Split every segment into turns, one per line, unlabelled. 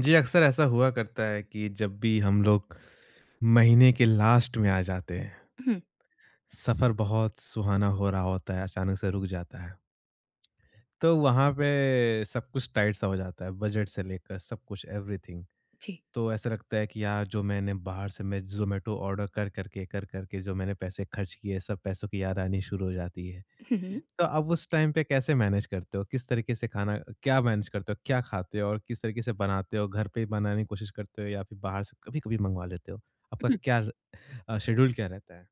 जी, अक्सर ऐसा हुआ करता है कि जब भी हम लोग महीने के लास्ट में आ जाते हैं,
हुँ,
सफ़र बहुत सुहाना हो रहा होता है, अचानक से रुक जाता है। तो वहाँ पे सब कुछ टाइट सा हो जाता है, बजट से लेकर सब कुछ एवरीथिंग।
जी।
तो ऐसा लगता है कि यार जो मैंने बाहर से मैं ज़ोमैटो ऑर्डर कर करके जो मैंने पैसे खर्च किए, सब पैसों की याद आनी शुरू हो जाती है।
हुँ, हुँ,
तो आप उस टाइम पे कैसे मैनेज करते हो? किस तरीके से खाना क्या मैनेज करते हो? क्या खाते हो और किस तरीके से बनाते हो? घर पे ही बनाने की कोशिश करते हो या फिर बाहर से कभी-कभी मँगवा लेते हो? आपका
हुँ।
क्या शेड्यूल क्या रहता है?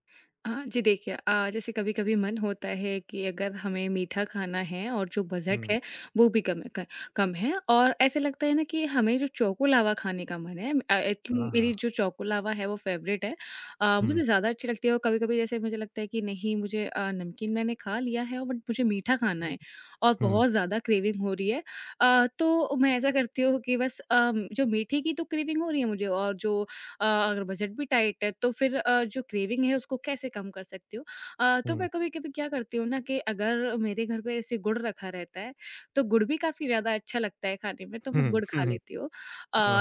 जी देखिए, जैसे कभी-कभी मन होता है कि अगर हमें मीठा खाना है और जो बजट
हुँ,
है वो भी कम है और ऐसे लगता है ना कि हमें जो चोको लावा खाने का मन है। आई थिंक
हाँ,
मेरी
हाँ।
जो चोको लावा है वो फेवरेट है।
हुँ,
मुझे ज़्यादा अच्छी लगती है और कभी-कभी जैसे मुझे लगता है कि नहीं, मुझे, नमकीन मैंने खा लिया है बट मुझे मीठा खाना है और
हुँ,
बहुत ज़्यादा क्रेविंग हो रही है। तो मैं ऐसा करती हूँ कि बस, जो मीठे की तो क्रेविंग हो रही है मुझे और जो, अगर बजट भी टाइट है तो फिर, जो क्रेविंग है उसको कैसे कम कर सकती हूँ? तो मैं
हुँ,
कभी-कभी क्या करती हूँ ना कि अगर मेरे घर पे ऐसे गुड़ रखा रहता है, तो गुड़ भी काफ़ी ज़्यादा अच्छा लगता है खाने में, तो मैं
हुँ,
गुड़ खा
हुँ,
लेती
हुँ।
हूँ।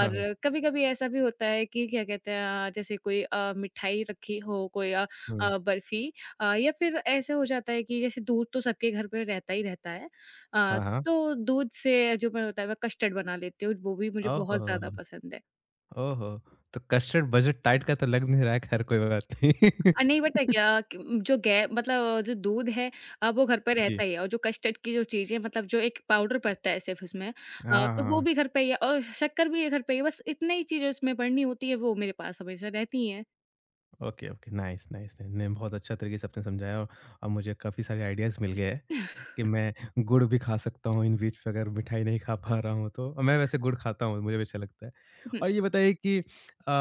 हाँ, हाँ।
कभी-कभी ऐसा भी होता है कि क्या कहते हैं, जैसे कोई, मिठाई रखी हो, कोई
हुँ,
बर्फ़ी, या फिर ऐसे हो जाता है कि जैसे दूध तो सबके घर पे रहता ही रहता है। अ,
हाँ, हाँ।
तो दूध से जो मैं होता है मैं कस्टर्ड बना लेती हूँ, वो भी मुझे
ओह
बहुत
हो,
ज़्यादा
हो!
पसंद है।
ओह हो! तो कस्टर्ड बजट टाइट का तो लग नहीं रहा है, खैर कोई बात नहीं।
नहीं बट, क्या क जो गै मतलब जो दूध है, वो घर पे
जी।
रहता ही है और जो कस्टर्ड की जो चीज़ें मतलब जो एक पाउडर पड़ता है सिर्फ़ उसमें,
हाँ,
तो
हाँ,
वो
हाँ।
भी घर पे ही है और शक्कर भी घर पे ही है, बस इतनी ही चीज़ें उसमें पड़नी होती है, वो मेरे पास हमेशा रहती हैं।
Okay, okay. Nice, nice, nice. नहीं, बहुत अच्छा तरीके से आपने समझाया और अब मुझे काफ़ी सारे आइडियाज़ मिल गए हैं कि मैं गुड़ भी खा सकता हूँ इन बीच पे अगर मिठाई नहीं खा पा रहा हूँ तो। और मैं वैसे गुड़ खाता हूँ, मुझे भी अच्छा लगता है।
हुँ,
और ये बताइए कि अ,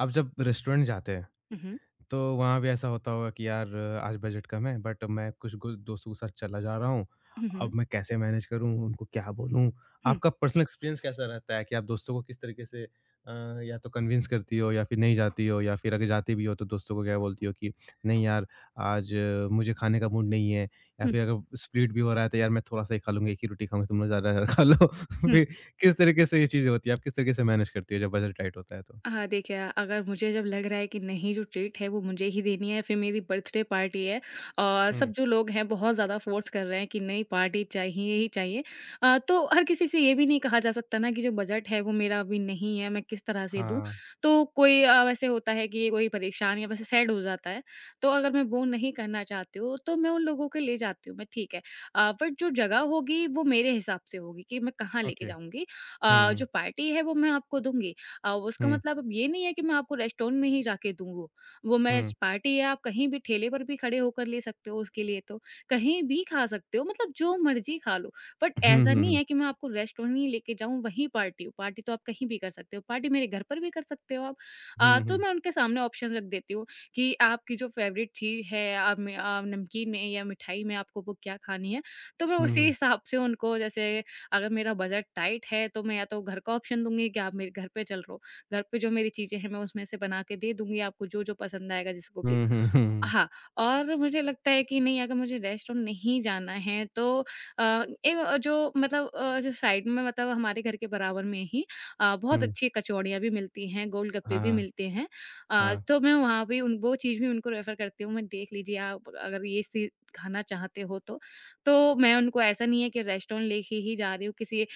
आप जब रेस्टोरेंट जाते हैं
हुँ,
तो वहाँ भी ऐसा होता होगा कि यार आज बजट कम है बट मैं कुछ कुछ दोस्तों के साथ चला जा रहा हूँ।
हुँ,
अब
हुँ,
मैं कैसे मैनेज करूँ, उनको क्या बोलूँ?
हुँ,
आपका पर्सनल एक्सपीरियंस कैसा रहता है कि आप दोस्तों को किस तरीके से अ, या तो कन्विंस करती हो या फिर नहीं जाती हो या फिर अगर जाती भी हो तो दोस्तों को क्या बोलती हो कि नहीं यार आज मुझे खाने का मूड नहीं है या
हुँ,
फिर अगर स्प्लिट भी हो रहा है तो यार मैं थोड़ा-सा ही खा लूँगी, एक ही रोटी खाऊँगी, तुम लोग ज़्यादा खा लो।
हुँ।
फिर किस तरीके से ये चीज़ें होती हैं? आप किस तरीके से मैनेज करती हो जब बजट टाइट होता है तो?
हाँ, देखिए, अगर मुझे जब लग रहा है कि नहीं, जो ट्रीट है वो मुझे ही देनी है, फिर मेरी बर्थडे पार्टी है और
हुँ।
सब जो लोग हैं बहुत ज़्यादा फ़ोर्स कर रहे हैं कि नहीं, पार्टी चाहिए ही चाहिए। तो हर किसी से ये भी नहीं कहा जा सकता ना कि जो बजट है वो मेरा अभी नहीं है, मैं किस तरह से दूँ?
हाँ,
तो कोई, वैसे होता है कि कोई परेशान या वैसे सैड हो जाता है। तो अगर मैं वो नहीं करना चाहती हूँ तो मैं उन लोगों को ले जाती हूँ, मैं, ठीक है। बट जो जगह होगी वो मेरे हिसाब से होगी कि मैं कहाँ लेके
ओके।
जाऊँगी।
हुँ, हुँ।
जो पार्टी है वो मैं आपको दूँगी, उसका
हुँ।
मतलब अब ये नहीं है कि मैं आपको रेस्टोरेंट में ही जाके दूँ वो। वो मैं,
हुँ।
पार्टी है, आप कहीं भी ठेले पर भी खड़े होकर ले सकते हो उसके लिए तो, कहीं भी खा सकते हो, मतलब जो मर्ज़ी खा लो। बट
हुँ,
ऐसा
हुँ,
नहीं
हुँ।
है कि मैं आपको रेस्टोरेंट ही लेके जाऊँ वहीं पार्टी हो, पार्टी तो आप कहीं भी कर सकते हो, पार्टी मेरे घर पर भी कर सकते हो आप।
हुँ,
तो
हुँ।
मैं उनके सामने ऑप्शन रख देती हूँ कि आपकी जो फ़ेवरेट चीज़ है आप में, नमकीन में या मिठाई में आपको वो क्या खानी है, तो मैं
हुँ,
उसी
हुँ।
हिसाब से उनको जैसे, अगर मेरा बजट टाइट है तो मैं या तो घर का ऑप्शन दूंगी कि आप मेरे घर पे चल रहो, घर पे जो मेरी चीजें हैं मैं उसमें से बना के दे दूंगी आपको, जो जो पसंद आएगा जिसको भी,
हुँ, हुँ, हुँ, हुँ।
हाँ। और मुझे लगता है कि नहीं, अगर मुझे रेस्टोरेंट नहीं जाना है तो, एक जो मतलब, जो साइड में मतलब हमारे घर के बराबर में ही, बहुत
हुँ।
अच्छी कचौड़ियाँ भी मिलती हैं, गोलगप्पे भी
हाँ,
मिलते हैं।
हाँ।
तो मैं वहाँ भी उन वो चीज़ भी उनको रेफ़र करती हूँ, मैं देख लीजिए आप अगर ये सी खाना चाहते हो तो। तो मैं उनको ऐसा नहीं है कि रेस्टोरेंट लेके ही जा रही हूँ, किसी,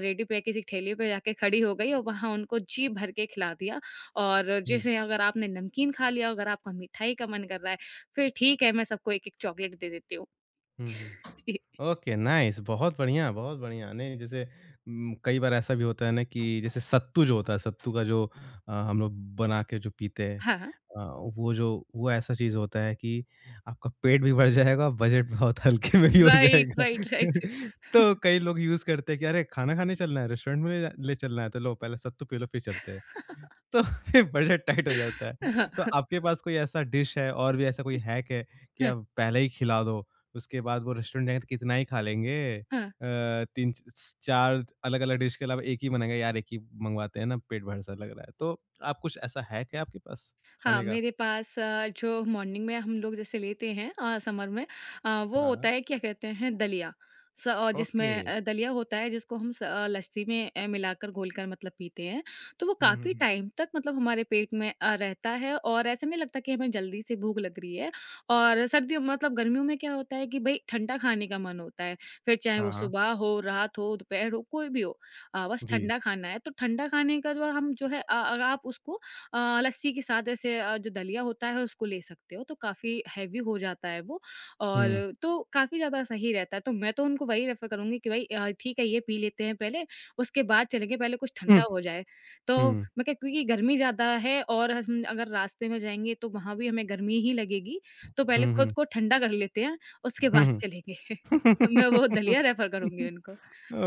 रेडी पे, किसी ठेले पे जाके खड़ी हो गई और वहाँ उनको जी भर के खिला दिया। और
हुँ।
जैसे अगर आपने नमकीन खा लिया, अगर आपका मिठाई का मन कर रहा है, फिर ठीक है मैं सबको 1-1 चॉकलेट दे देती हूँ।
हुँ, हुँ।
जी।
ओके, नाइस बहुत बढ़िया, बहुत बढ़िया। नहीं जैसे कई बार ऐसा भी होता है ना कि जैसे सत्तू जो होता है, सत्तू का जो हम लोग बना के जो पीते हैं
हाँ, हाँ।
अ, वो जो वो ऐसा चीज़ होता है कि आपका पेट भी भर जाएगा, बजट बहुत हल्के में भी हो
राइट,
जाएगा।
Right, right.
तो कई लोग यूज़ करते हैं कि अरे खाना खाने चलना है, रेस्टोरेंट में ले जा ले चलना है, तो लो पहले सत्तू पी लो फिर चलते हैं। तो फिर बजट टाइट हो जाता है। तो
हाँ,
आपके पास कोई ऐसा डिश है और भी ऐसा कोई हैक है कि
हाँ,
आप पहले ही खिला दो? उसके बाद वो रेस्टोरेंट जाएँगे तो कितना ही खा लेंगे
हाँ।
3 स 4 अलग-अलग डिश के अलावा एक ही बनेगा, यार एक ही मँगवाते हैं ना, पेट भर सा लग रहा है। तो आप कुछ ऐसा है क्या आपके पास
हाँ,
खाने का?
मेरे पास, जो मॉर्निंग में हम लोग जैसे लेते हैं, समर में, वो
हाँ,
होता है क्या कहते हैं, दलिया।
ओके।
जिसमें, दलिया होता है जिसको हम, लस्सी में, मिलाकर घोलकर मतलब पीते हैं। तो वो
हुँ, हुँ,
काफ़ी
हुँ।
टाइम तक मतलब हमारे पेट में, रहता है और ऐसा नहीं लगता कि हमें जल्दी से भूख लग रही है। और सर्दियों मतलब गर्मियों में क्या होता है कि भई ठंडा खाने का मन होता है। फिर चाहे वो
हाँ, हाँ।
सुबह हो, रात हो, दोपहर हो, कोई भी हो। बस
जी।
ठंडा खाना है। तो ठंडा खाने का जो हम, जो है, आप उसको, लस्सी के साथ ऐसे, जो दलिया होता है उसको ले सकते हो, तो काफ़ी हेवी हो जाता है वो, और
हुँ।
तो काफ़ी ज़्यादा सही रहता है। तो मैं तो उनको वही रेफ़र करूँगी कि भई, ठीक है ये पी लेते हैं पहले, उसके बाद चलेंगे, पहले कुछ
हुँ,
ठंडा हो जाए। तो
हुँ,
मैं क्या, क्योंकि गर्मी ज़्यादा है और हम अगर रास्ते में जाएँगे तो वहाँ भी हमें गर्मी ही लगेगी, तो पहले
हुँ,
खुद
हुँ।
को ठंडा कर लेते हैं, उसके
हुँ,
बाद चलेंगे। मैं वो
हुँ।
दलिया रेफ़र करूँगी उनको।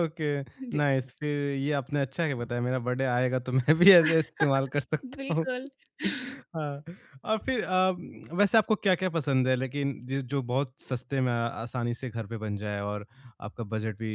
ओके,
जी।
नाइस फिर ये आपने अच्छा है बताया मेरा बर्थडे आएगा तो मैं भी ऐसे इस्तेमाल कर सकता हूँ।
बिल्कुल।
हाँ, और फिर वैसे आपको क्या-क्या पसंद है लेकिन ज जो बहुत सस्ते में आसानी से घर पे बन जाए और आपका बजट भी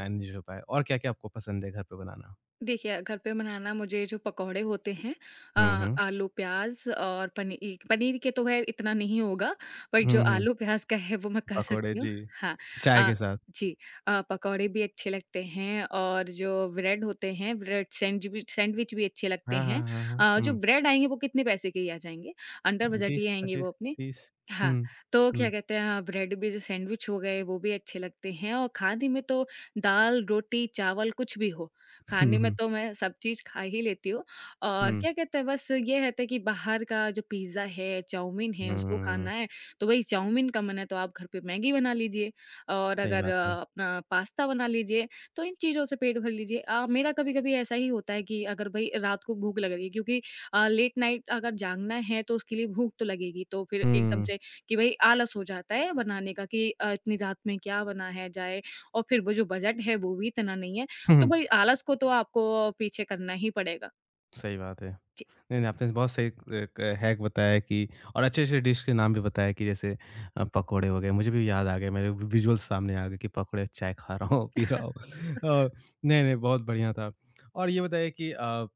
मैनेज हो पाए? और क्या-क्या आपको पसंद है घर पे बनाना?
देखिए, घर पे बनाना मुझे जो पकौड़े होते हैं, अ,
हुँ, हुँ।
आलू, प्याज़ और पनीर के तो ख़ैर इतना नहीं होगा, बट जो
हुँ, हुँ,
आलू प्याज़ का है वो मैं कर
पकोड़े
सकती हूँ।
जी,
हाँ,
चाय
अ,
के साथ।
जी, पकौड़े भी अच्छे लगते हैं और जो ब्रेड होते हैं, ब्रेड सैंडविच सैंडविच भी अच्छे लगते
हाँ, हाँ,
हैं।
हाँ, हाँ।
जो
हुँ,
ब्रेड आएँगे वो कितने पैसे के ही आ जाएँगे, अंडर बजट ही
20,
आएँगे वो
25,
अपने।
30
हाँ,
हुँ,
तो क्या
हुँ,
कहते हैं, हाँ, ब्रेड भी जो सैंडविच हो गए वो भी अच्छे लगते हैं, और खाने में तो दाल, रोटी, चावल कुछ भी हो,
हुँ,
खाने में
हुँ,
तो मैं सब चीज़ खा ही लेती हूँ। और क्या कहते हैं, बस ये रहता है था कि बाहर का जो पिज़्ज़ा है, चाउमीन है,
हुँ,
उसको खाना
हुँ,
है, तो वही चाउमीन का मन है तो आप घर पे मैगी बना लीजिए और
सही
अगर,
बात है।
अपना पास्ता बना लीजिए, तो इन चीज़ों से पेट भर लीजिए। मेरा कभी-कभी ऐसा ही होता है कि अगर भई रात को भूख लग रही है, क्योंकि, लेट नाइट अगर जागना है तो उसके लिए भूख तो लगेगी, तो फिर एकदम
हुँ।
से कि भई आलस हो जाता है बनाने का कि, इतनी रात में क्या बनाया जाए और फिर वो जो बजट है वो भी इतना नहीं है। तो भई आलस को तो आपको पीछे करना ही पड़ेगा।
सही बात है।
जी।
नहीं-नहीं आपने बहुत सही एक हैक बताया कि और अच्छे-अच्छे डिश के नाम भी बताया कि जैसे पकोड़े हो गए, मुझे भी याद आ गए, मेरे विजुअल्स सामने आ गए कि पकोड़े चाय खा रहा हूँ, पी रहा हूँ। और नहीं-नहीं बहुत बढ़िया था। और ये बताइए कि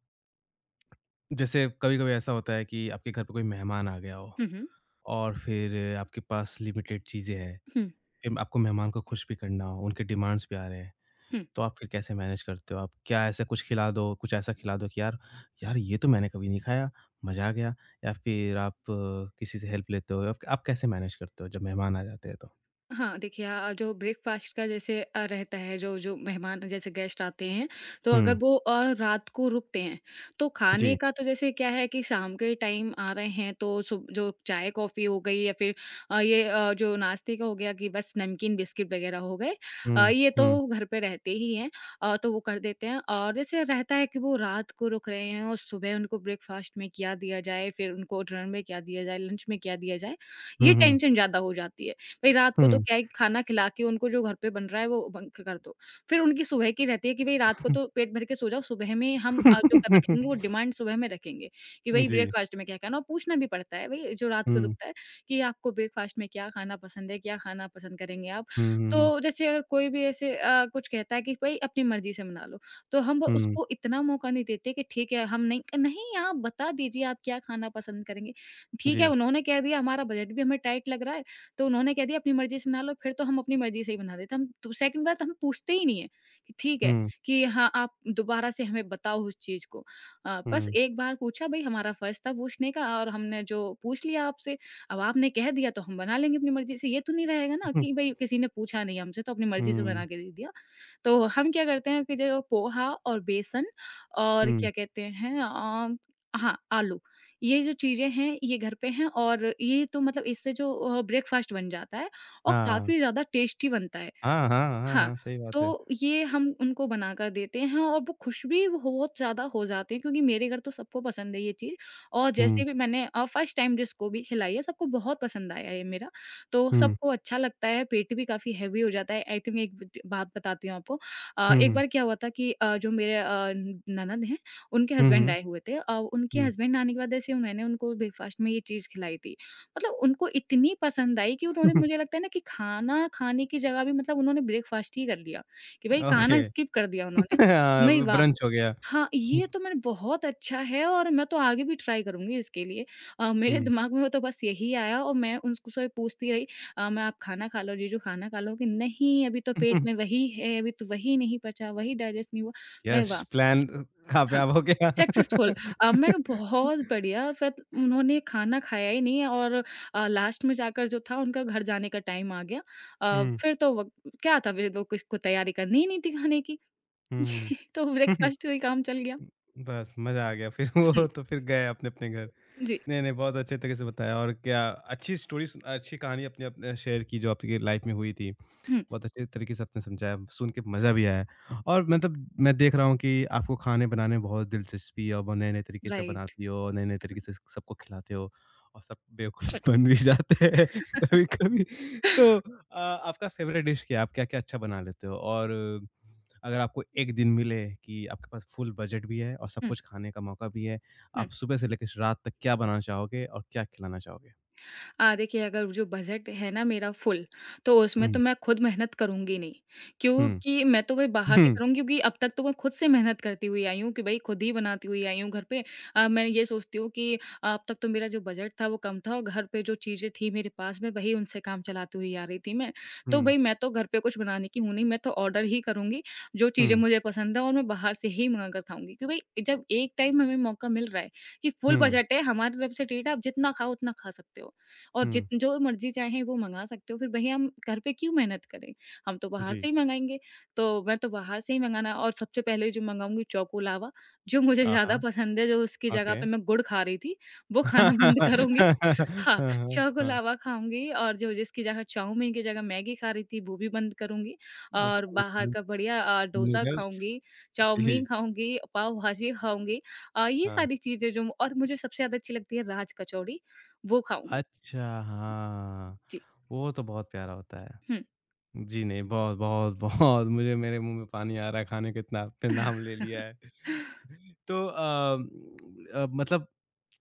जैसे कभी-कभी ऐसा होता है कि आपके घर पे कोई मेहमान आ गया हो
हुँ, हुँ।
और फिर आपके पास लिमिटेड चीज़ें हैं,
हुँ,
फिर आपको मेहमान को खुश भी करना हो, उनके डिमांड्स भी आ रहे हैं।
हुँ।
तो आप फिर कैसे मैनेज करते हो? आप क्या ऐसा कुछ खिला दो, कुछ ऐसा खिला दो कि यार यार ये तो मैंने कभी नहीं खाया, मज़ा आ गया या फिर आप किसी से हेल्प लेते हो? आप कैसे मैनेज करते हो जब मेहमान आ जाते हैं तो?
हाँ, देखिए, जो ब्रेकफ़ास्ट का जैसे, रहता है, जो जो मेहमान जैसे गेस्ट आते हैं, तो अगर
हुँ,
वो, रात को रुकते हैं, तो खाने
जी।
का तो जैसे क्या है कि शाम के टाइम आ रहे हैं तो सुब जो चाय-कॉफ़ी हो गई या फिर, ये, जो नाश्ते का हो गया कि बस नमकीन बिस्किट वग़ैरह हो गए,
हुँ,
ये
हुँ,
तो घर पे रहते ही हैं, तो वो कर देते हैं। और जैसे रहता है कि वो रात को रुक रहे हैं और सुबह उनको ब्रेकफ़ास्ट में क्या दिया जाए, फिर उनको डिनर में क्या दिया जाए, लंच में क्या दिया जाए, ये
हुँ, हुँ,
टेंशन ज़्यादा हो जाती है। भई रात को तो
हुँ।
क्या है, खाना खिला के उनको जो घर पे बन रहा है वो बंक कर दो। फिर उनकी सुबह की रहती है कि भई रात को तो पेट भर के सो जाओ, सुबह में हम, जो कर रखेंगे वो डिमांड सुबह में रखेंगे, कि भई
जी।
ब्रेकफ़ास्ट में क्या खाना, और पूछना भी पड़ता है भई जो रात को
हुँ,
रुकता है, कि आपको ब्रेकफ़ास्ट में क्या खाना पसंद है, क्या खाना पसंद करेंगे आप?
हुँ, हुँ, हुँ,
तो जैसे अगर कोई भी ऐसे कुछ कहता है कि भई अपनी मर्ज़ी से मना लो, तो हम
हुँ,
उसको इतना मौका नहीं देते कि ठीक है हम नहीं नहीं आप बता दीजिए आप क्या खाना पसंद करेंगे। ठीक है
जी।
उन्होंने कह दिया हमारा बजट भी हमें टाइट लग रहा है। तो उन्होंने कह दिया अपनी मर्ज़ी से बना लो, फिर तो हम अपनी मर्ज़ी से ही बना देते हैं। हम तो सेकंड बार तो हम पूछते ही नहीं है कि ठीक है
हुँ,
कि हाँ, आप दोबारा से हमें बताओ उस चीज़ को। बस
हुँ,
एक बार पूछा भई हमारा फ़र्ज़ था पूछने का और हमने जो पूछ लिया आपसे, अब आपने कह दिया तो हम बना लेंगे अपनी मर्ज़ी से। ये तो नहीं रहेगा ना
हुँ,
कि भई किसी ने पूछा नहीं हमसे तो अपनी मर्ज़ी से बना
हुँ,
के दे दिया। तो हम क्या करते हैं कि जो पोहा और बेसन और
हुँ।
क्या कहते हैं हाँ, आलू ये जो चीज़ें हैं, ये घर पे हैं और ये तो मतलब इससे जो ब्रेकफ़ास्ट बन जाता है और
हाँ।
काफ़ी ज़्यादा टेस्टी बनता है।
हाँ, हाँ, हाँ,
हाँ,
हाँ, सही बात है।
तो ये हम उनको बनाकर देते हैं और वो खुश भी बहुत ज़्यादा हो जाते हैं क्योंकि मेरे घर तो सबको पसंद है ये चीज़ और
हुँ,
जैसे भी मैंने फर्स्ट टाइम जिसको भी खिलाई है सबको बहुत पसंद आया ये मेरा। तो
हुँ,
सबको अच्छा लगता है, पेट भी काफ़ी हेवी हो जाता है। आई थिंक एक ब बात बताती हूँ आपको।
हुँ,
एक
हुँ,
बार क्या हुआ था कि जो मेरे ननद हैं, उनके
हुँ,
हस्बैंड
हुँ,
आए हुए थे। उनके
हुँ।
हस्बैंड आने के बाद ऐसे मैंने उनको ब्रेकफ़ास्ट में ये चीज़ खिलाई थी। मतलब उनको इतनी पसंद आई कि उन्होंने मुझे लगता है ना कि खाना खाने की जगह भी मतलब उन्होंने ब्रेकफ़ास्ट ही कर लिया, कि भई
ओके।
खाना स्किप कर दिया उन्होंने।
हाँ,
नहीं वाह!
ब्रंच हो गया।
हाँ, ये तो मैंने बहुत अच्छा है और मैं तो आगे भी ट्राई करूँगी इसके लिए। मेरे
हुँ।
दिमाग में वो तो बस यही आया और मैं उसको से पूछती रही "मैं आप खाना खा लो जीजू, खाना खा लो?" कि "नहीं, अभी तो पेट में वही है, अभी तो वही नहीं पचा, वही डाइजेस्ट नहीं हुआ।" मैं
यस,
वाह!
प्लान
हाँ।
कामयाब हो गया।
सक्सेसफुल मैंने बहुत बढ़िया फिर उन्होंने खाना खाया ही नहीं और लास्ट में जाकर जो था उनका घर जाने का टाइम आ गया।
हुँ,
फिर तो व क्या था फिर तो कुछ को तैयारी करनी ही नहीं थी खाने की।
हुँ,
तो
हुँ।
ब्रेकफ़ास्ट से ही काम चल गया।
बस मज़ा आ गया फिर वो
हम्म,
तो फिर गए अपने-अपने घर।
जी।
नहीं, नहीं बहुत अच्छे तरीके से बताया और क्या अच्छी स्टोरी सु अच्छी कहानी अपने-अपने शेयर की जो आपकी लाइफ़ में हुई थी।
हुँ,
बहुत अच्छे तरीके से आपने समझाया, सुन के मज़ा भी आया और मतलब मैं देख रहा हूँ कि आपको खाने बनाने में बहुत दिलचस्पी है और बहुत नए-नए तरीके से
राइट।
बनाती हो, नए-नए तरीके से सबको खिलाते हो और सब बेवकूफ़ बन भी जाते हैं कभी-कभी। तो आपका फ़ेवरेट डिश क्या है? आप क्या-क्या अच्छा बना लेते हो? और अगर आपको 1 दिन मिले कि आपके पास फुल बजट भी है और सब
हुँ,
कुछ खाने का मौका भी है,
हुँ।
आप सुबह से लेके रात तक क्या बनाना चाहोगे और क्या खिलाना चाहोगे?
देखिए अगर जो बजट है ना मेरा फुल, तो उसमें तो
हुँ,
मैं खुद मेहनत करूँगी नहीं,
हुँ,
क्योंकि मैं तो भाई बाहर से
हुँ,
करूँगी क्योंकि अब तक तो मैं खुद से मेहनत करती हुई आई हूँ कि भई खुद ही बनाती हुई आई हूँ घर पे। मैं ये सोचती हूँ कि अब तक तो मेरा जो बजट था वो कम था और घर पे जो चीज़ें थी मेरे पास में वही उनसे काम चलाती हुई आ रही थी मैं। तो
हुँ,
भई मैं तो घर पे कुछ बनाने की हूँ नहीं, मैं तो ऑर्डर ही करूँगी, जो चीज़ें
हुँ,
मुझे पसंद है और मैं बाहर से ही मँगा कर खाऊँगी। कि भई जब एक टाइम हमें मौका मिल रहा है कि फुल
हुँ,
बजट है, हमारी तरफ से ट्रीट है, आप जितना खाओ उतना खा सकते हो। और जित
हुँ,
जो मर्ज़ी चाहें वो मँगा सकते हो, फिर भई हम घर पे क्यों मेहनत करें? हम तो बाहर से
जी।
ही मँगाएँगे, तो मैं तो बाहर से ही मँगाना और सबसे पहले जो मँगाऊँगी चोको लावा, जो मुझे ज़्यादा
Uh-huh,
पसंद है, जो उसकी जगह पे
okay.
मैं गुड़ खा रही थी, वो खाना बंद
हाँ,
करूँगी। हाँ,
हाँ,
चोको
हाँ।
लावा खाऊँगी और जो जिसकी जगह चाउमीन की जगह मैगी खा रही थी, वो भी बंद करूँगी और बाहर का बढ़िया डोसा
नूडल्स
खाऊँगी,
जी,
चाउमीन खाऊँगी, पाव भाजी खाऊँगी। ये
हाँ।
सारी चीज़ें जो और मुझे सबसे ज़्यादा अच्छी लगती है राज कचौड़ी, वो खाऊँगी।
अच्छा, हाँ,
जी।
वो तो बहुत प्यारा होता है।
嗯
जी नहीं, बहुत, बहुत, बहुत मुझे मेरे मुँह में पानी आ रहा है खाने का इतना आपने नाम ले लिया है। तो मतलब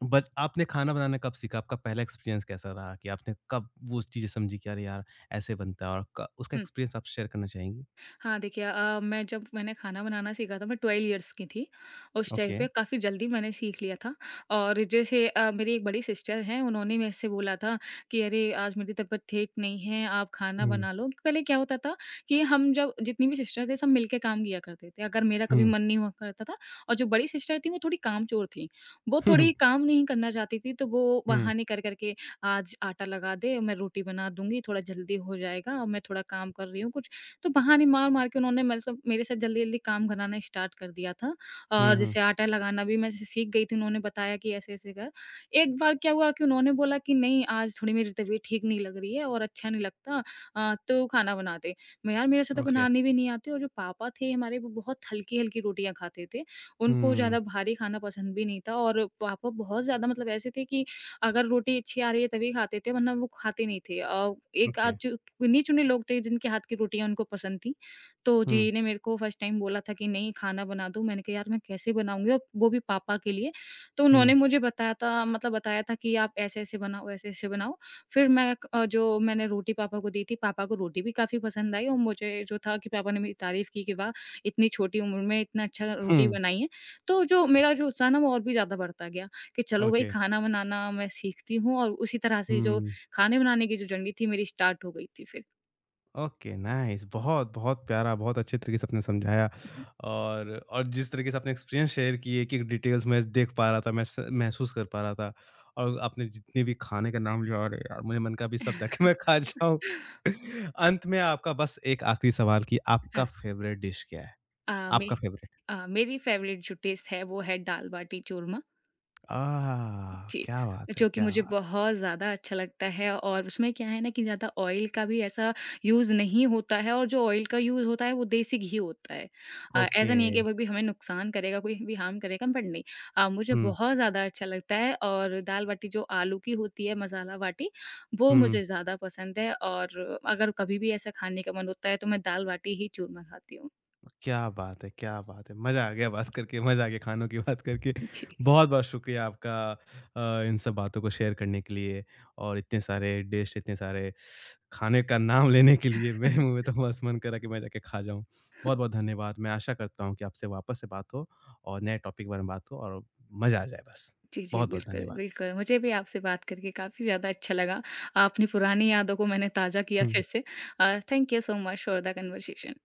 बच आपने खाना बनाना कब सीखा? आपका पहला एक्सपीरियंस कैसा रहा कि आपने कब वो चीज़ें समझी कि अरे यार, ऐसे बनता है और क उसका
嗯。
एक्सपीरियंस आप शेयर करना चाहेंगी?
हाँ, देखिए मैं जब मैंने खाना बनाना सीखा था मैं 12 इयर्स की थी। उस टाइम
ओके।
पे काफ़ी जल्दी मैंने सीख लिया था और जैसे मेरी एक बड़ी सिस्टर हैं उन्होंने मेरे से बोला था कि अरे आज मेरी तबीयत ठीक नहीं है, आप खाना
हुँ,
बना लो। पहले क्या होता था कि हम जब जितनी भी सिस्टर थे सब मिलके काम किया करते थे। अगर मेरा कभी
हुँ।
मन नहीं हुआ करता था और जो बड़ी सिस्टर थी वो थोड़ी कामचोर थी। वो थोड़ी काम नहीं करना चाहती थी तो वो
हुँ।
बहाने कर कर के आज आटा लगा दे, मैं रोटी बना दूँगी, थोड़ा जल्दी हो जाएगा, और मैं थोड़ा काम कर रही हूँ कुछ तो बहाने मार-मार के उन्होंने मेरे सब मेरे साथ जल्दी-जल्दी काम कराना स्टार्ट कर दिया था
हुँ,
और
हुँ।
जैसे आटा लगाना भी मैं जैसे सीख गई थी, उन्होंने बताया कि ऐसे-ऐसे कर। एक बार क्या हुआ कि उन्होंने बोला कि, "नहीं, आज थोड़ी मेरी तबीयत ठीक नहीं लग रही है और अच्छा नहीं लगता तो खाना बना दे।" मैं यार मेरे से तो
ओके।
बनाने भी नहीं आती और जो पापा थे हमारे वो बहुत हल्की-हल्की रोटियाँ खाते थे। उनको
हुँ।
ज़्यादा भारी खाना पसंद भी नहीं था और पापा बहुत ज़्यादा मतलब ऐसे थे कि अगर रोटी अच्छी आ रही है तभी खाते थे वरना वो खाते नहीं थे। एक
ओके।
आध जो गिने-चुने लोग थे जिनके हाथ की रोटियाँ उनको पसंद थी। तो
हुँ,
जी ने मेरे को फर्स्ट टाइम बोला था कि नहीं खाना बना दो। मैंने कहा यार मैं कैसे बनाऊँगी और वो भी पापा के लिए। तो उन्होंने
हुँ,
मुझे बताया था मतलब बताया था कि आप ऐसे-ऐसे बनाओ, ऐसे-ऐसे बनाओ। फिर जो मैंने रोटी पापा को दी थी, पापा को रोटी भी काफ़ी पसंद आई और मुझे जो था कि पापा ने मेरी तारीफ़ की कि वाह! इतनी छोटी उम्र में इतना अच्छा रोटी
हुँ।
बनाई है। तो जो मेरा जो उत्साह ना वो और भी ज़्यादा बढ़ता गया। कि चलो भई
ओके।
खाना बनाना मैं सीखती हूँ और उसी तरह से जो
हुँ।
खाने बनाने की जो जर्नी थी मेरी स्टार्ट हो गई थी फिर।
Okay, nice. बहुत, बहुत प्यारा, बहुत अच्छे तरीके से आपने समझाया और जिस तरीके से आपने एक्सपीरियंस शेयर किए कि डिटेल्स मैं देख पा रहा था, मैं स महसूस कर पा रहा था और आपने जितने भी खाने का नाम लिया, अरे यार! मुझे मन का भी सब जाके मैं खा जाऊँ। अंत में आपका बस एक आखिरी सवाल कि
हाँ,
आपका फ़ेवरेट डिश क्या है?
अ, मे
आपका फ़ेवरेट?
मेरी फ़ेवरेट जो डिश है वो है दाल-बाटी चूरमा।
आह!
जी,
क्या बात है,
जो कि
क्या
मुझे
बात!
बहुत ज़्यादा अच्छा लगता है और उसमें क्या है ना कि ज़्यादा ऑयल का भी ऐसा यूज़ नहीं होता है और जो ऑयल का यूज़ होता है वो देसी घी होता है। ऐसा
ओके।
नहीं है कि वो भी हमें नुकसान करेगा, कोई भी हार्म करेगा बट नहीं। मुझे
हुँ,
बहुत ज़्यादा अच्छा लगता है और दाल-बाटी जो आलू की होती है मसाला बाटी, वो मुझे
हुँ।
ज़्यादा पसंद है और अगर कभी भी ऐसा खाने का मन होता है तो मैं दाल-बाटी ही चूरमा खाती हूँ।
क्या बात है! क्या बात है! मज़ा आ गया बात करके, मज़ा आ गया खानों की बात करके।
जी।
बहुत-बहुत शुक्रिया आपका इन सब बातों को शेयर करने के लिए और इतने सारे डिश, इतने सारे खाने का नाम लेने के लिए मेरे मुँह में तो बस मन करा कि मैं जाके खा जाऊँ। बहुत-बहुत धन्यवाद। मैं आशा करता हूँ कि आपसे वापस से बात हो और नए टॉपिक के बारे में बात हो और मज़ा आ जाए बस।
जी, जी,
बहुत-बहुत
बिल्कुल,
धन्यवाद।
बिल्कुल। मुझे भी आपसे बात करके काफ़ी ज़्यादा अच्छा लगा। आपने पुरानी यादों को मैंने ताज़ा किया फिर
हुँ।
से। Thank you so much for the conversation.